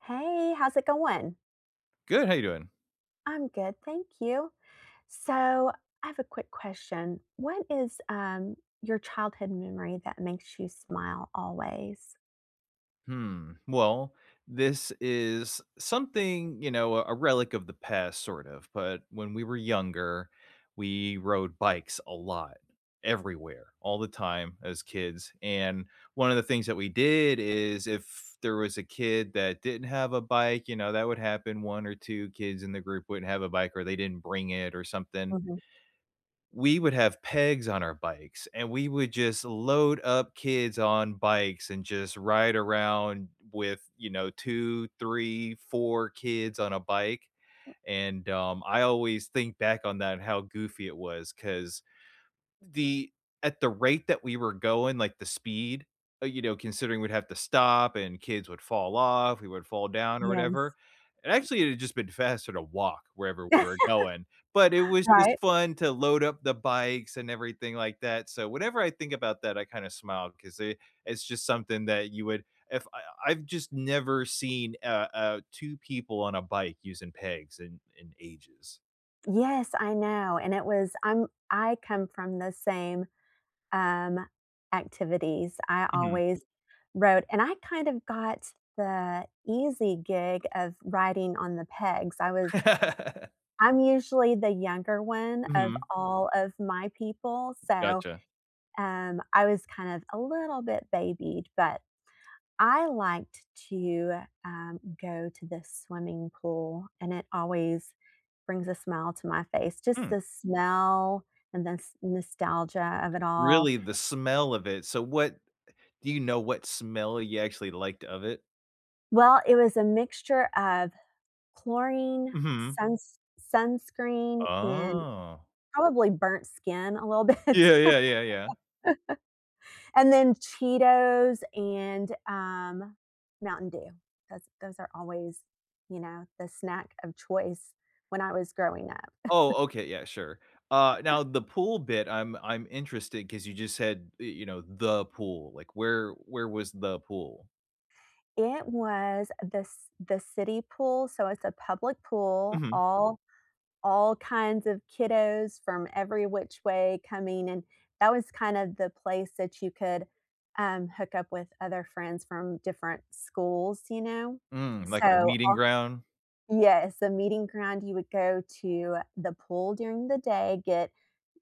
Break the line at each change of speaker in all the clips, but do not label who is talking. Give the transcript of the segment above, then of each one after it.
Hey, how's it going?
Good. How you doing?
I'm good, thank you. So I have a quick question. What is your childhood memory that makes you smile always?
Hmm. Well, this is something, you know, a relic of the past, sort of. But when we were younger, we rode bikes a lot, everywhere, all the time as kids. And one of the things that we did is if there was a kid that didn't have a bike, that would happen. One or two kids in the group wouldn't have a bike or they didn't bring it or something.
Мгм.
We would have pegs on our bikes and we would just load up kids on bikes and just ride around with two three four kids on a bike.
М.
And I always think back on that and how goofy it was because the at the rate that we were going, like, the speed, considering we'd have to stop and kids would fall off, we would fall down or whatever,
Yes.
and actually, it had just been faster to walk wherever we were going, but it was just
Right.
fun to load up the bikes and everything like that, so whenever I think about that, I kinda smile 'cause it's just something that you would if I I've just never seen, two people on a bike using pegs in ages.
Yes, I know, and it was I come from the same, um, activities. I
Mhm.
always wrote and I kind of got the easy gig of writing on the pegs.
Mhm.
I'm usually the younger one of all of my people, so
Gotcha.
I was kind of a little bit babied, but I liked to go to the swimming pool, and it always brings a smile to my face. Just
Hmm.
the smell and the nostalgia of it all.
Really, the smell of it. So what do you know what smell you actually liked of it?
Well, it was a mixture of chlorine,
Mhm.
sunscreen, and
Oh.
probably burnt skin a little bit.
Yeah, yeah, yeah, yeah.
And then Cheetos and Mountain Dew. Those are always, you know, the snack of choice when I was growing up.
Oh, okay, yeah, sure. Now the pool bit, I'm interested because you just said, "the pool," like, where was the pool?
It was the the city pool, so it's a public pool.
Mhm.
All kinds of kiddos from every which way coming, and that was kind of the place that you could hook up with other friends from different schools. You know,
Mm, like a
so
meeting
all.
ground?
Yes, a meeting ground, you would go to the pool during the day, get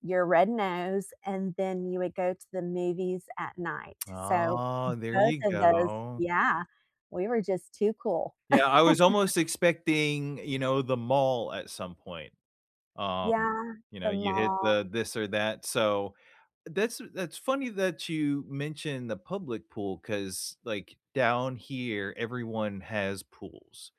your red nose, and then you would go to the movies at night. So,
Oh, there
both
you
of those,
go.
yeah, we were just too cool.
Yeah, I was almost expecting, the mall at some point. Um,
Yeah,
you know,
the
you hit
mall.
the this or that, so that's funny that you mention the public pool because like, down here, everyone has pools.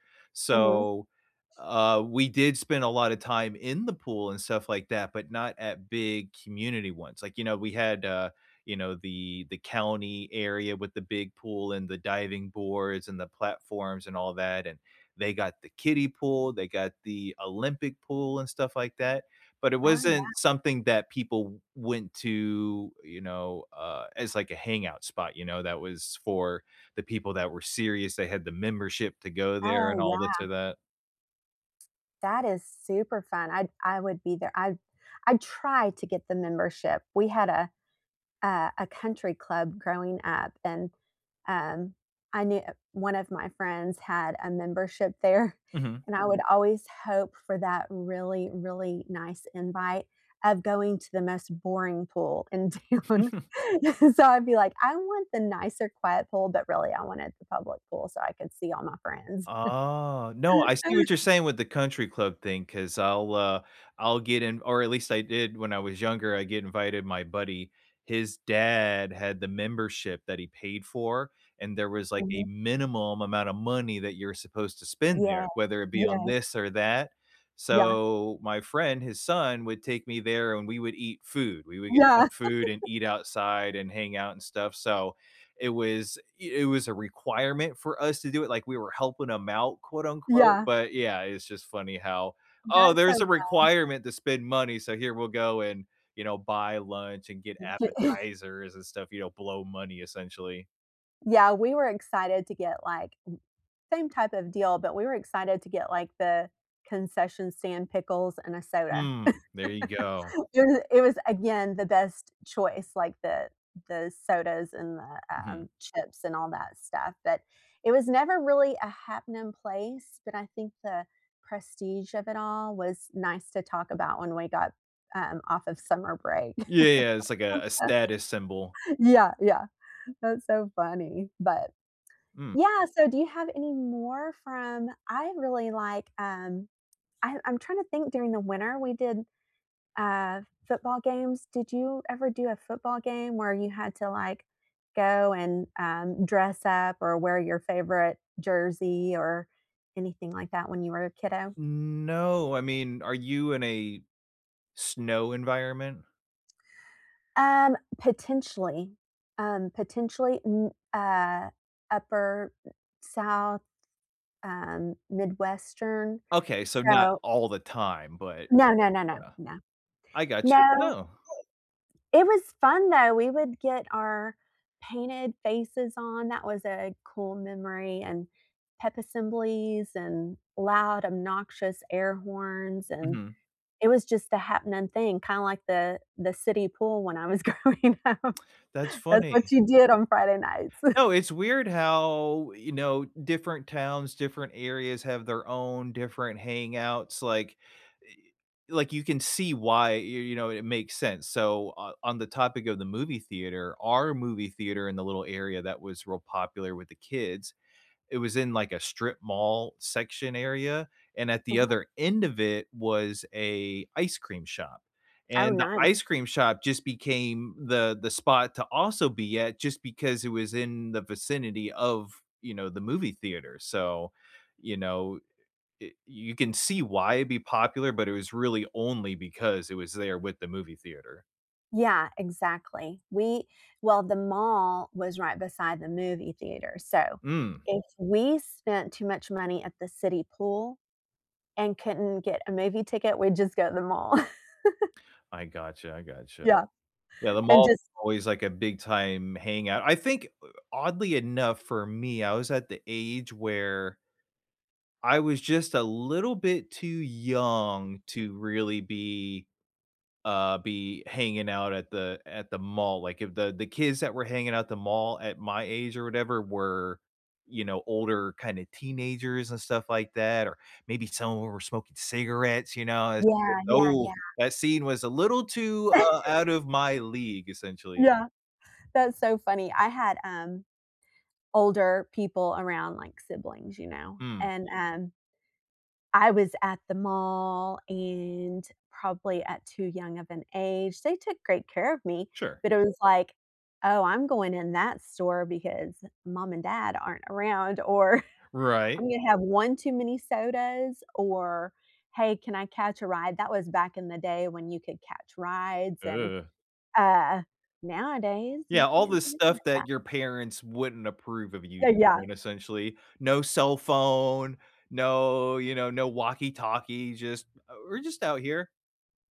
Mhm.
So, we did spend a lot of time in the pool and stuff like that, but not at big community ones. Like, we had, the county area with the big pool and the diving boards and the platforms and all that, and they got the kiddie pool, they got the Olympic pool and stuff like that. But it
Oh,
wasn't
yeah.
something that people went to, as like a hangout spot, that was for the people that were serious, they had the membership to go there and
Oh,
all this
yeah.
or that.
That is super fun. I would be there. I tried to get the membership. We had a a country club growing up and um, I knew one of my friends had a membership there
Mhm.
and I would Mm. always hope for that really nice invite of going to the most boring pool in town. So I'd be like I want the nicer quiet pool but really I wanted the public pool so I could see all my friends.
Oh, no, I see what you're saying with the country club thing. Because 'cause I'll get in, or at least I did when I was younger. I get invited my buddy, his dad had the membership that he paid for, and there was, like, a
Mhm.
minimum amount of money that you're supposed to spend there,
Yeah.
whether it be on
Yes.
this or that.
Yeah,
So, my friend, his son, would take me there and we would eat food. We would get some
yeah,
food and eat outside and hang out and stuff, so it was a requirement for us to do it, like, we were helping them out, quote, unquote,
yeah,
but, yeah, it's just funny how, "Oh,
that's so
there's a requirement to spend money, so here we'll go and, buy lunch and get
cute.
appetizers and stuff," blow money essentially.
yeah we were excited to get like Same type of deal, but we were excited to get, like, the concession stand pickles and a soda.
Mm, there you go.
It was, again, the best choice, like, the sodas and the,
Mhm.
chips and all that stuff, but it was never really a happening place, but I think the prestige of it all was nice to talk about when we got, off of summer break.
Yeah, yeah, it's like a status symbol.
Yeah, yeah. That's so funny, but
Mm.
yeah, so do you have any more from? I really like, I'm trying to think during the winter, we did uh, football games. Did you ever do a football game where you had to like go and dress up or wear your favorite jersey or anything like that when you were a kiddo?
No, I mean, are you in a snow environment?
Potentially, um, potentially n- uh, upper south, midwestern.
Okay, so not
So
all the time, but
no, no, no, no,
yeah.
no,
I got you.
no.
No.
It was fun though, we would get our painted faces on, that was a cool memory, and pep assemblies, and loud, obnoxious air horns, and
Mhm.
it was just the happening thing, kinda like the city pool when I was growing up.
That's
That's
funny.
what you did on Friday nights.
No, it's weird how, different towns, different areas have their own different hangouts, like eh, like, you can see why, it makes sense. So, o on the topic of the movie theater, our movie theater in the little area that was real popular with the kids. It was in like a strip mall section area, and at the other end of it was a ice cream shop.
Oh,
And the
nice.
ice cream shop just became the spot to also be at just because it was in the vicinity of, the movie theater. So, you know, you can see why it'd be popular, but it was really only because it was there with the movie theater.
Yeah, exactly. The mall was right beside the movie theater, so
Mm,
if we spent too much money at the city pool, and couldn't get a movie ticket, we'd just go to the mall.
I gotcha, I gotcha.
Yeah,
Yeah, the
and
mall
just
is always like a big time hangout. I think oddly enough for me, I was at the age where I was just a little bit too young to really be hanging out at the mall. Like if the kids that were hanging out at the mall at my age or whatever were older, kind of teenagers and stuff like that, or maybe some of 'em were smoking cigarettes.
yeah, yeah,
Oh,
yeah.
that scene was a little too out of my league essentially.
Yeah, that's so funny. I had, older people around, like siblings, you know,
Mm,
and, I was at the mall and probably at too young of an age. They took great care of me,
sure.
but it was like, "Oh, I'm going in that store because mom and dad aren't around," or
Right.
I'm gonna have 1 too many sodas or, "Hey, can I catch a ride?" That was back in the day when you could catch rides and,
Ugh.
uh, nowadays you
Yeah, all
can't
this
do any of
stuff
that.
that your parents wouldn't approve of you
So, yeah,
doing essentially. No cell phone, no, no walkie-talkie, just, "We're just out here."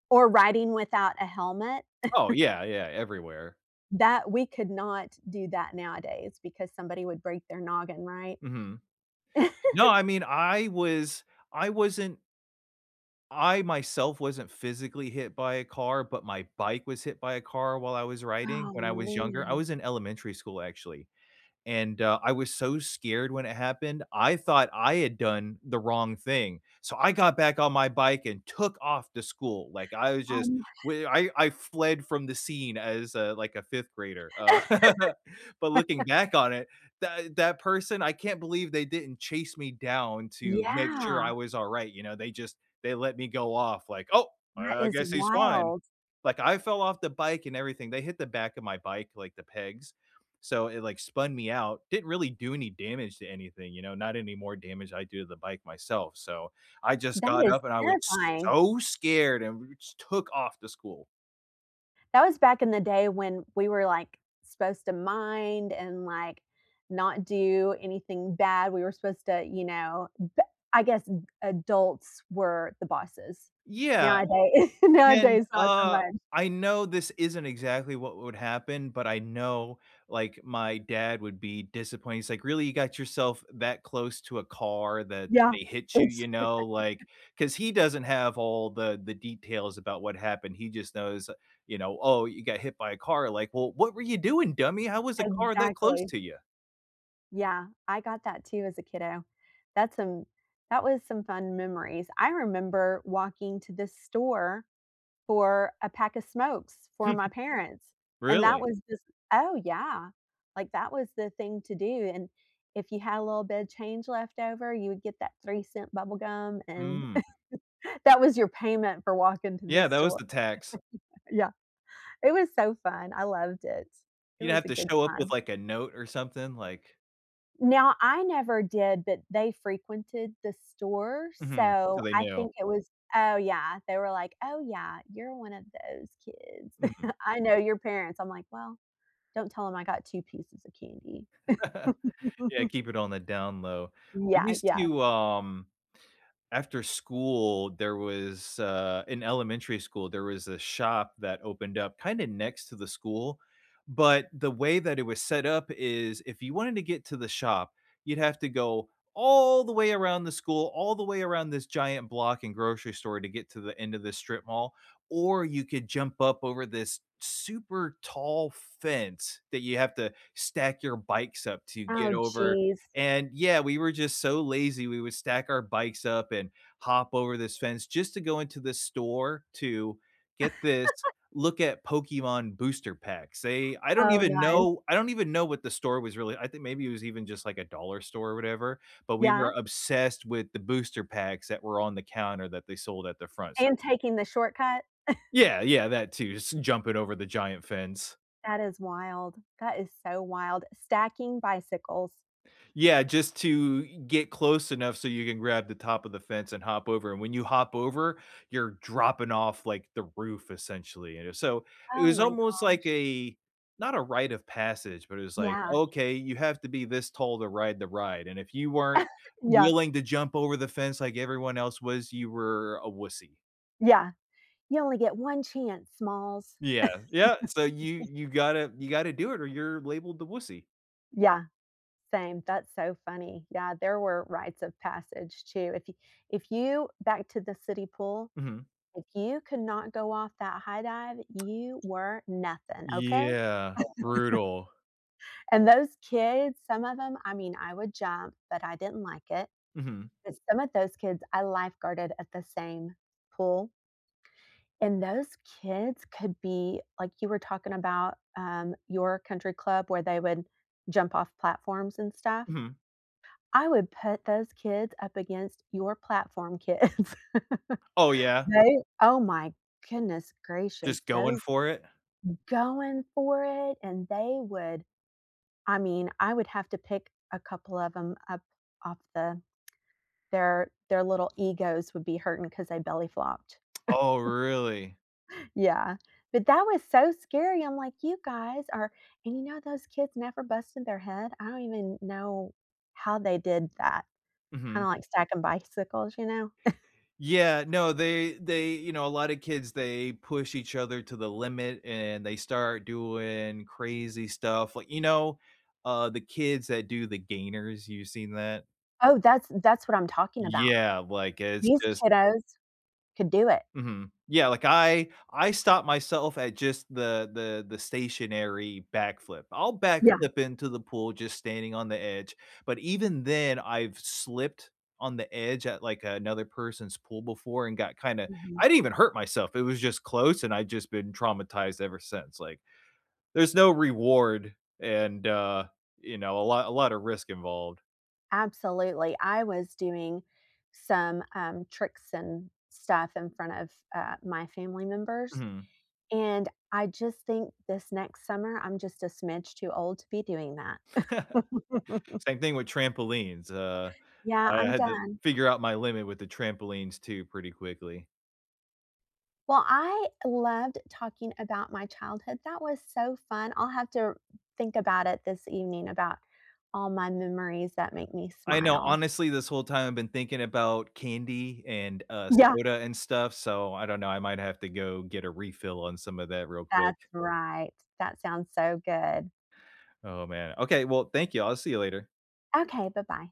or riding without a helmet,
Oh, yeah, yeah, everywhere.
that we could not do that nowadays because somebody would break their noggin, right?
Mhm. No, I mean, I wasn't I myself wasn't physically hit by a car, but my bike was hit by a car while I was riding
Oh,
when I was younger. I
man.
was in elementary school, actually. And, I was so scared when it happened, I thought I had done the wrong thing. So I got back on my bike and took off to school. Like, I was
Oh
just
my.
we I fled from the scene as, like, a fifth grader. But looking back on it, that person, I can't believe they didn't chase me down to make sure
Yeah,
I was alright, you know? They let me go off like, "Oh,
that
I
is
guess he's fine."
wild.
Like I fell off the bike and everything. They hit the back of my bike, like the pegs. So it like spun me out. Didn't really do any damage to anything, not any more damage I do to the bike myself. So I just
That
got
is
up and I was
terrifying.
so scared and just took off to school.
That was back in the day when we were, like, supposed to mind and, like, not do anything bad. We were supposed to, you know, b I guess adults were the bosses.
Yeah.
Nowadays
And,
nowadays, not so much.
I know this isn't exactly what would happen, but I know, like, my dad would be disappointed. He's like, "Really, you got yourself that close to a car that
Yeah.
they hit you,"
It's
cause he doesn't have all the details about what happened. He just knows, "Oh, you got hit by a car." Like, "Well, what were you doing, dummy? How was a car that close
exactly.
to you?"
Yeah, I got that too as a kiddo. That's some that was some fun memories. I remember walking to this store for a pack of smokes for my parents, and that
Really?
was just. Oh, yeah. Like, that was the thing to do, and if you had a little bit of change left over, you would get that 3 cent bubble gum, and
Mm.
that was your payment for walking to the
Yeah, that was
store.
the tax.
Yeah, it was so fun, I loved it. It
You'd
was
have
a
to
good
show up with,
time.
like, a note or something, like.
Now, I never did, but they frequented the store,
Mhm. So
so
they
I
knew.
think it was. Oh, yeah, they were like, "Oh, yeah, you're one of those kids.
Mhm.
I know your parents." I'm like, "Well, don't tell him I got 2 pieces of candy.
Yeah, keep it on the down low. We
Yeah,
used
yeah.
to, after school, there was, in elementary school, there was a shop that opened up kinda next to the school, but the way that it was set up is if you wanted to get to the shop, you'd have to go all the way around the school, all the way around this giant block and grocery store to get to the end of the strip mall, or you could jump up over this super tall fence that you have to stack your bikes up to get
Oh,
over.
geez.
And yeah, we were just so lazy. We would stack our bikes up and hop over this fence just to go into the store to get this look at Pokemon booster packs. They I don't
Oh,
even
nice.
know I don't even know what the store was really. I think maybe it was even just like a dollar store or whatever, but we
Yeah,
were obsessed with the booster packs that were on the counter that they sold at the front. So
and taking the shortcut?
yeah, yeah, that too. Just jumping over the giant fence.
That is wild. That is so wild. Stacking bicycles.
Yeah, just to get close enough so you can grab the top of the fence and hop over, and when you hop over, you're dropping off, like, the roof essentially, and so it
Oh
was
my god.
almost like a not a rite of passage, but it was like,
Yeah.
"Okay, you have to be this tall to ride the ride," and if you weren't
Yeah,
willing to jump over the fence like everyone else was, you were a wussy.
yeah. You only get 1 chance, Smalls.
Yeah, yeah, so you gotta do it or you're labeled the wussy.
Yeah, same. That's so funny. Yeah, there were rites of passage too. If you back to the city pool,
Mhm.
if you could not go off that high dive, you were nothing, okay?
Yeah, brutal.
And those kids, some of them, I mean, I would jump, but I didn't like it.
Mhm,
But some of those kids, I lifeguarded at the same pool. And those kids could be like you were talking about your country club where they would jump off platforms and stuff.
mhm.
I would put those kids up against your platform kids.
Oh, yeah.
They, oh my goodness
Just
gracious,
going
those
for it?
going for it. And they would, I mean, I would have to pick a couple of them up off the. Their little egos would be hurting because they belly flopped.
Oh, really?
Yeah, but that was so scary, I'm like, "You guys are" and you know those kids never busted their head? I don't even know how they did that,
Mhm.
kinda like stacking bicycles, you know?
Yeah, no, a lot of kids, they push each other to the limit, and they start doing crazy stuff, like, the kids that do the gainers, you seen that?
Oh, that's what I'm talking about.
Yeah, like, it's
These
just
kiddos could do it.
hmm Yeah, like I stop myself at just the stationary backflip. I'll
Yeah,
backflip into the pool just standing on the edge, but even then I've slipped on the edge at like another person's pool before and got kind of
mhm,
I didn't even hurt myself. It was just close, and I've just been traumatized ever since. Like there's no reward, and a lot of risk involved.
absolutely. I was doing some, tricks and stuff in front of, my family members.
Mhm.
And I just think this next summer, I'm just a smidge too old to be doing that.
Same thing with trampolines.
Yeah,
I
I'm
had to
done.
figure out my limit with the trampolines too pretty quickly.
Well, I loved talking about my childhood. That was so fun. I'll have to think about it this evening about all my memories that make me
I know,
smile.
honestly, this whole time I've been thinking about candy and,
Yeah,
soda and stuff, so I don't know, I might have to go get a refill on some of that real quick.
that's right. That sounds so good.
Oh, man. Okay, well, thank you, I'll see you later.
Okay, bye-bye.